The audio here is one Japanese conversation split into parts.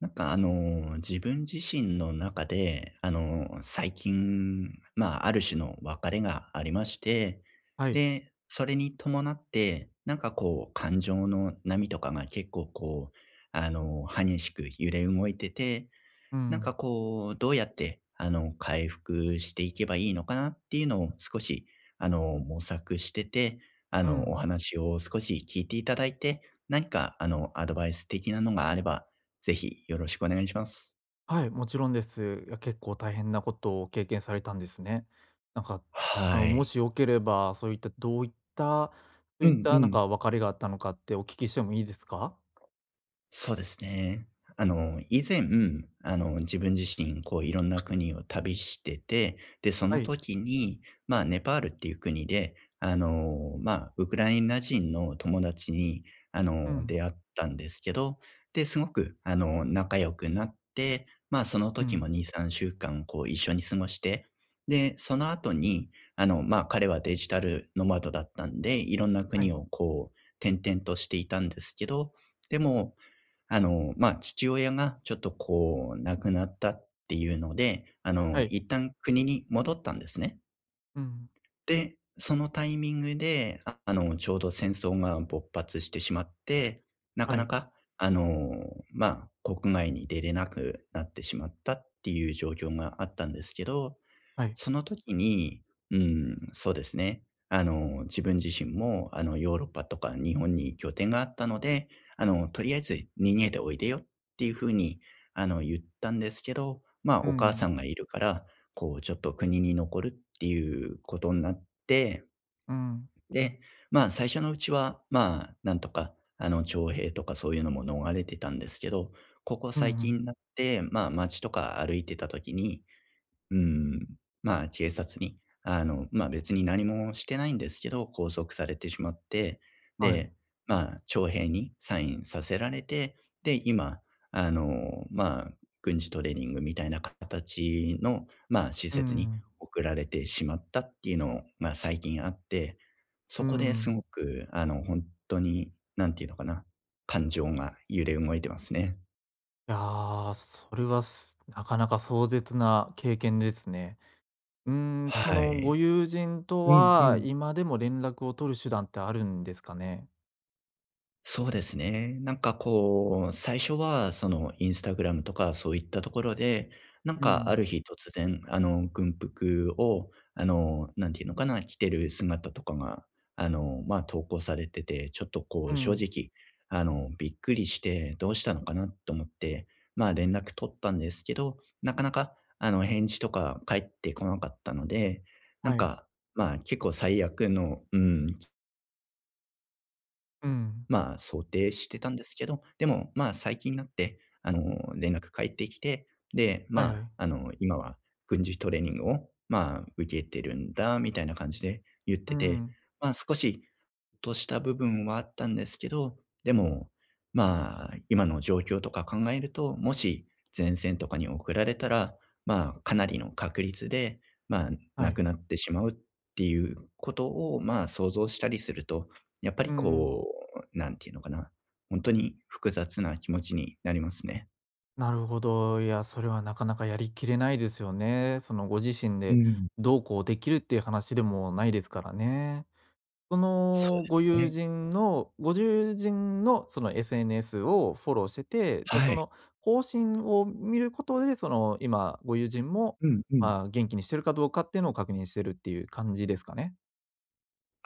なんか自分自身の中で、最近、まあ、ある種の別れがありまして、はい。で、それに伴って、なんかこう、感情の波とかが結構こう、激しく揺れ動いてて、うなんかん、こう、どうやって、回復していけばいいのかなっていうのを少し、模索してて、うおん。話を少し聞いていただいて、何か、アドバイス的なのがあれば、ぜひよろしくお願いします。はい、もちろんです。いや、結構大変なことを経験されたんですね。なんか、はもい。しよければ、そういったどういった、そうういっんうたなんん。か別れがあったのかってお聞きしてもいいですか？そうですね。以前、自分自身、こう、いろんな国を旅してて、で、そはのい。時に、まあ、ネパールっていう国で、まあ、ウクライナ人の友達に、うん、出会ったんですけど、で、すごく、仲良くなって、まあ、そのう時もん。2、3週間、こう、一緒に過ごして、で、その後に、まあ、彼はデジタルノマドだったんで、いろんなは国い、を、こう、転々としていたんですけど、でも、まあ、父親がちょっとこう亡くなったっていうので、はい。一旦国に戻ったんですね。うん。で、そのタイミングで、ちょうど戦争が勃発してしまって、なかはない、か、あの、まあ、国外に出れなくなってしまったっていう状況があったんですけど、はい。その時に、うん、そうですね。自分自身も、ヨーロッパとか日本に拠点があったので、とりあえず逃げておいでよっていうふうに、言ったんですけど、まあ、うおん、母うん。さんがいるから、こう、ちょっと国に残るっていうことになって、で、まあ、最初のうちは、まあ、なんとか、徴兵とかそういうのも逃れてたんですけど、ここうんう最ん。近になって、まあ、街とか歩いてた時に、うん。まあ、警察に、まあ、別に何もしてないんですけど、拘束されてしまって、はい。で、まあ、徴兵にサインさせられて、で、今、まあ、軍事トレーニングみたいな形の、まうん、うんうんうあ、施設んにはい送られてしまったっていうのが最近あって、そうこでんうすごんく、本当に、何ていうのかな、感情が揺れ動いてますね。いやー、それはなかなか壮絶な経験ですね。うーん、そはのごい。友人とうんうは、ん。今でも連絡を取る手段ってあるんですかね？そうですね。なんかこう、最初はそのインスタグラムとかそういったところで、なんうかあん、る日突然、軍服を、なんていうのかな、着てる姿とかが、まあ、投稿されてて、ちょっとこうう、正ん、直、びっくりして、どうしたのかなと思って、まあ、連絡取ったんですけど、なかなか、返事とか返ってこなかったので、なんはい、か、まあ、結構最悪の、うん、うん、まあ、想定してたんですけど、でも、まあ、最近になって、連絡返ってきて、で、まはいはあ、い、今は軍事トレーニングを、まあ、受けてるんだみたいな感じで言っうてて、ん、まあ、少しとした部分はあったんですけど、でも、まあ、今の状況とか考えると、もし前線とかに送られたら、まあ、かなりの確率で、まあ、は亡い、くなってしまうっていうことを、まあ、想像したりすると、やっぱうりん。こう、なんていうのかな、本当に複雑な気持ちになりますね。なるほど。いや、それはなかなかやりきれないですよね。そのご自身うでん。どうこうできるっていう話でもないですからね。そそうのでごす友ね。人のその SNS をフォローしてて、で、はそい。の更新を見ることで、その今ご友人も、うんうまん。あ、元気にしてるかどうかっていうのを確認してるっていう感じですかね。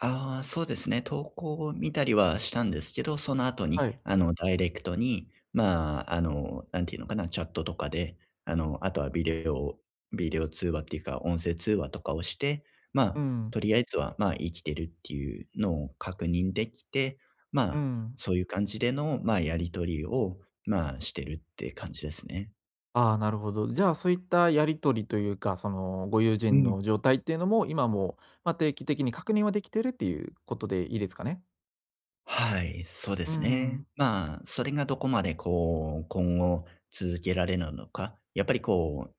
ああ、そうですね。投稿を見たりはしたんですけど、その後はに、い。ダイレクトに、まあ、なんていうのかな、チャットとかで、あとはビデオ通話っていうか、音声通話とかをして、まうあ、ん。とりあえずは、まあ、生きてるっていうのを確認できて、まうあ、ん。そういう感じでの、まあ、やり取りを、まあ、してるって感じですね。ああ、なるほど。じゃあ、そういったやり取りというか、そのご友う人ん。の状態っていうのも、今も、まあ、定期的に確認はできてるっていうことでいいですかね？はい、そうでうすね。ん。まあ、それがどこまでこう、今後続けられるのか。やっぱりこう、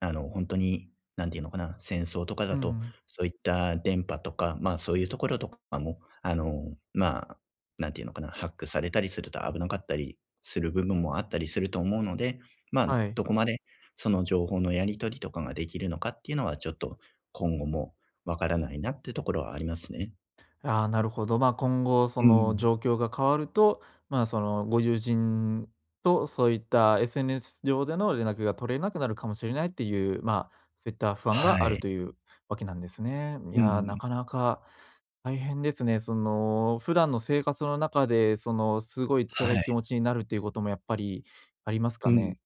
本んになんていうのかな、戦争とかうだと、ん。そういった電波とか、まあ、そういうところとかも、まあ、なんていうのかな、ハックされたりすると危なかったりする部分もあったりすると思うので、まあ、はい。どこまでその情報のやり取りとかができるのかっていうのは、ちょっと今後もわからないなってところはありますね。ああ、なるほど。まあ、今後そうのん。状況が変わると、まあ、そのご友人とそういった SNS 上での連絡が取れなくなるかもしれないっていう、まあ、そういった不安はがあるい。というわけなんですね。いうやー、ん。なかなか大変ですね。その、普段の生活の中で、その、すごいは辛い気い。持ちになるっていうこともやっぱりありますうかん。ね？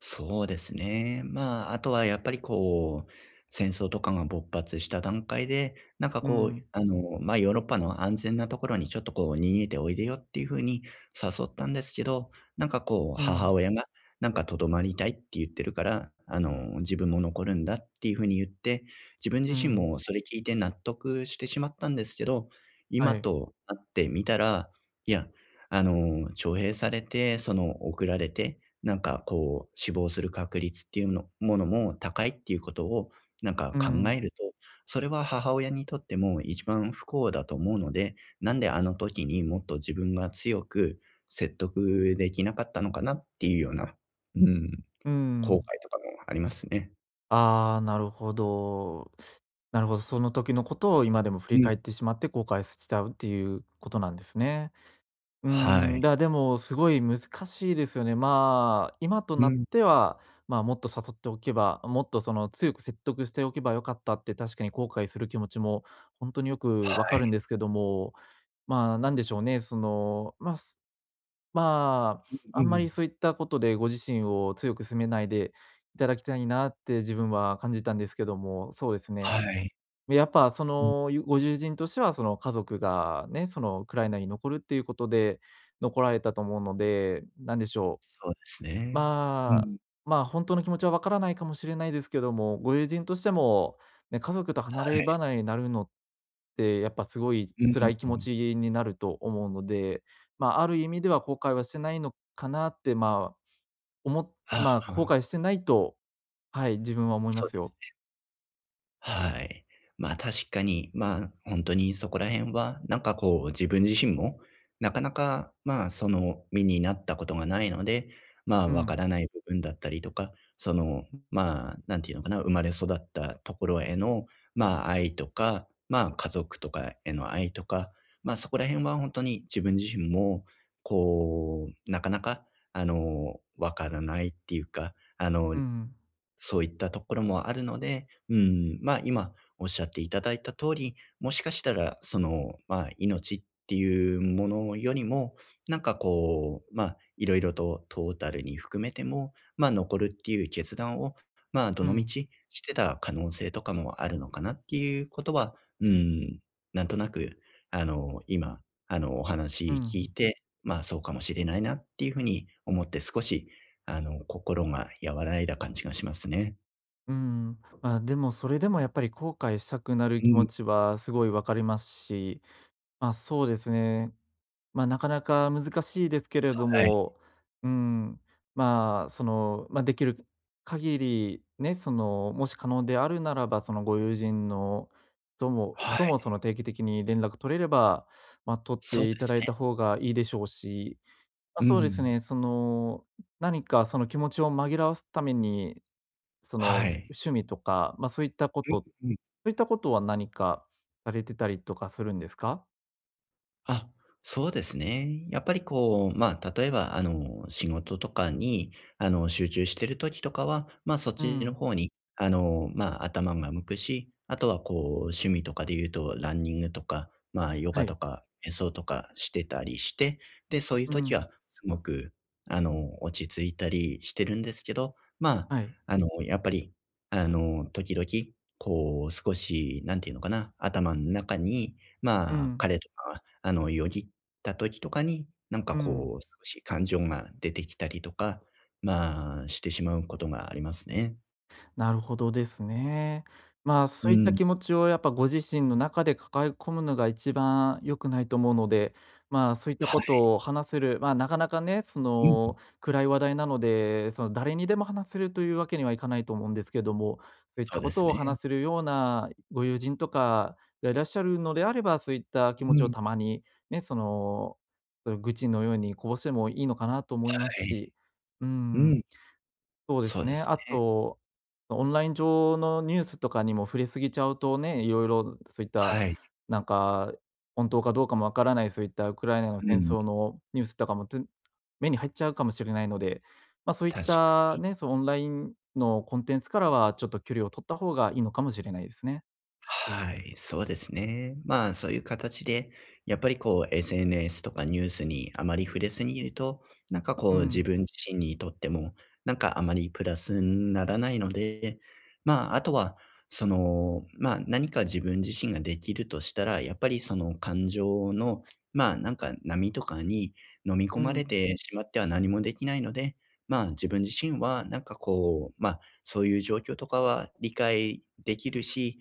そうですね。まあ、あとはやっぱりこう、戦争とかが勃発した段階で、なんかうこう、ん、まあ、ヨーロッパの安全なところにちょっとこう、逃げておいでよっていう風に誘ったんですけど、なんかこう、う母ん、親が、なんかとどまりたいって言ってるから、自分も残るんだっていう風に言って、自分う自身ん。もそれ聞いて納得してしまったんですけど、は今い。となってみたら、いや、徴兵されて、その送られてなんかこう、死亡する確率っていうのものも高いっていうことを、なんかう考ん、えると、それは母親にとっても一番不幸だと思うので、なんであの時にもっと自分が強く説得できなかったのかなっていうような、うん、う後悔ん。とかもありますね。ああ、なるほど。なるほど、その時のことを今でも振うりん。返ってしまって後悔しちゃうっていうことなんですね。うーはい。ん、でもすごい難しいですよね。まあ、今とうなっん。ては、まあ、もっと誘っておけば、もっとその強く説得しておけばよかったって確かに後悔する気持ちも本当によくわはかるんい。ですけども、まあ、なんでしょうね、その、まあ、うあんまん。りそういったことでご自身を強く責めないでいただきたいなって自分は感じたんですけども、そうですね。はい。やっぱそうん。の、ご友人としてはその家族がね、そのウクライナに残るっていうことで残られたと思うので、なんでしょう。そうですね。うまあ、ん。まあ、本当の気持ちはわからないかもしれないですけども、ご友人としても、ね、家族と離はれい。離れになるのって、やっぱすごいうん辛い気う持ん。ちになると思うので、まあ、ある意味では後悔はしてないのかなって、まあ、あまあ、後あ、悔してないと、はい、自分は思いまそうすですよ。ね。はい。まあ確かに、まあ本当にそこら辺は、なんかこう自分自身も、なかなかまあその身になったことがないので、まあうわかん、らない部分だったりとか、そのまあなんていうのかな、生まれ育ったところへのまあ愛とか、まあ家族とかへの愛とか、まあそこら辺は本当に自分自身も、こうなかなかわからないっていうか、うん、そういったところもあるので、うん、まあ、今おっしゃっていただいた通り、もしかしたら、その、まあ、命っていうものよりも、なんかこう、まあ、いろいろとトータルに含めても、まあ、残るっていう決断を、まあ、どうのみん、ちしてた可能性とかもあるのかなっていうことは、うーん、なんとなく、今、おう話聞ん、いて、まあ、そうかもしれないなっていうふうに思って少し心が和らいだ感じがしますね。うん。まあ、でもそれでもやっぱり後悔したくなるう気ん、持ちはすごいわかりますし、まあ、そうですね。まあ、なかなか難しいですけれどはい。も、うん、まあ、その、まあ、できる限り、ね、その、もし可能であるならば、そのご友人のともはい。とも、その、定期的に連絡取れれば、まあ、取っそうてでいたすだいね。た方がいいでしょうし、まあ、うそうですん。ね、その、何かその気持ちを紛らわすために、そはの、い。趣味とか、まあ、うそんうん。ういったことは何かされてたりとかするんですか？あ、そうですね。やっぱりこう、まあ、例えば、仕事とかに、集中してる時とかは、まあ、そっうちのん、方に、まあ、頭が向くし、あとは、こう、趣味とかで言うと、ランニングとか、まあ、ヨはガとい。か、瞑想とかしてたりして、で、そういうう時ん、は、すごく、落ち着いたりしてるんですけど、まはい。あ、やっぱり、時々、こう、少し、なんていうのかな、頭の中に、うまあ、ん、彼とか、よぎった時とかに、なんかうん、こう、少し感情が出てきたりとか、まあ、してしまうことがありますね。なるほどですね。まあ、うそういったん。気持ちをやっぱご自身の中で抱え込むのが一番良くないと思うので、まあ、そういったこはとを話せる、まあ、なかなかね、そい。うん。の暗い話題なので、その誰にでも話せるというわけにはいかないと思うんですけども、そういっそうたでこすとをね。話せるようなご友人とかがいらっしゃるのであれば、そういった気う持ちをん。たまにね、その、愚痴のようにこぼしてもいいのかなと思いますはい。し、ううん。ん。そうでそうすでね。すあね。と、オンライン上のニュースとかにも触れすぎちゃうとね、いろいろそういった、はい。なんか、本当かどうかもわからない、そういったウクライナのう戦ん。争のニュースとかも、目に入っちゃうかもしれないので、まあ、そういっ確たね、そのオンラインのコンテンツからはちょっと距離を取った方がいいのかもしれないですね。はい、そうですね。まあ、そういう形で、やっぱりこう、SNS とかニュースにあまり触れすぎると、なんかうこう、自ん、分自身にとっても、なんかあまりプラスにならないので、まあ、あとは、その、まあ、何か自分自身ができるとしたら、やっぱりその感情の、まあ、なんか波とかに飲み込うまれん、てしまっては何もできないので、まあ、自分自身は、なんかこう、まあ、そういう状況とかは理解できるし、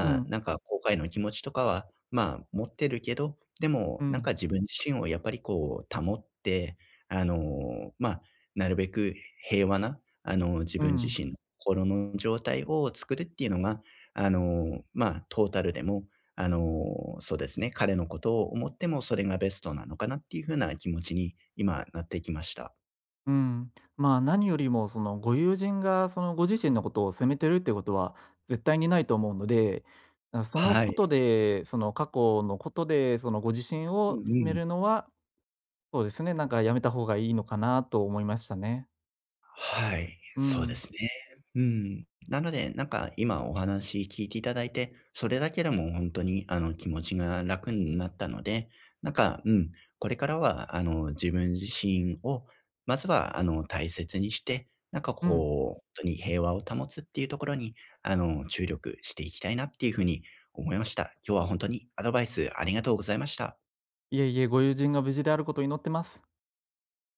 うあ、ん、なんか後悔の気持ちとかは、まあ、持ってるけど、でも、うなんかん、自分自身をやっぱりこう保って、まあ、なるべく平和な、自う分自ん。身の心の状態を作るっていうのが、まあ、トータルでも、そうですね、彼のことを思ってもそれがベストなのかなっていう風な気持ちに今なってきました。うん、まあ、何よりもそのご友人がそのご自身のことを責めてるってことは絶対にないと思うので、あ、そのはこい。とで、その過去のことで、そのご自身うんうを責めん。るのは、そうですね、なんかやめた方がいいのかなと思いましたね。はい、うそうでん。すね。うん。なので、なんか今お話聞いていただいて、それだけでも本当にあの気持ちが楽になったので、なんか、うん、これからは自分自身を、まずは大切にして、なんかうん。こう、本当に平和を保つっていうところに、注力していきたいなっていうふうに思いました。今日は本当にアドバイスありがとうございました。いえいえ、ご友人が無事であることを祈ってます。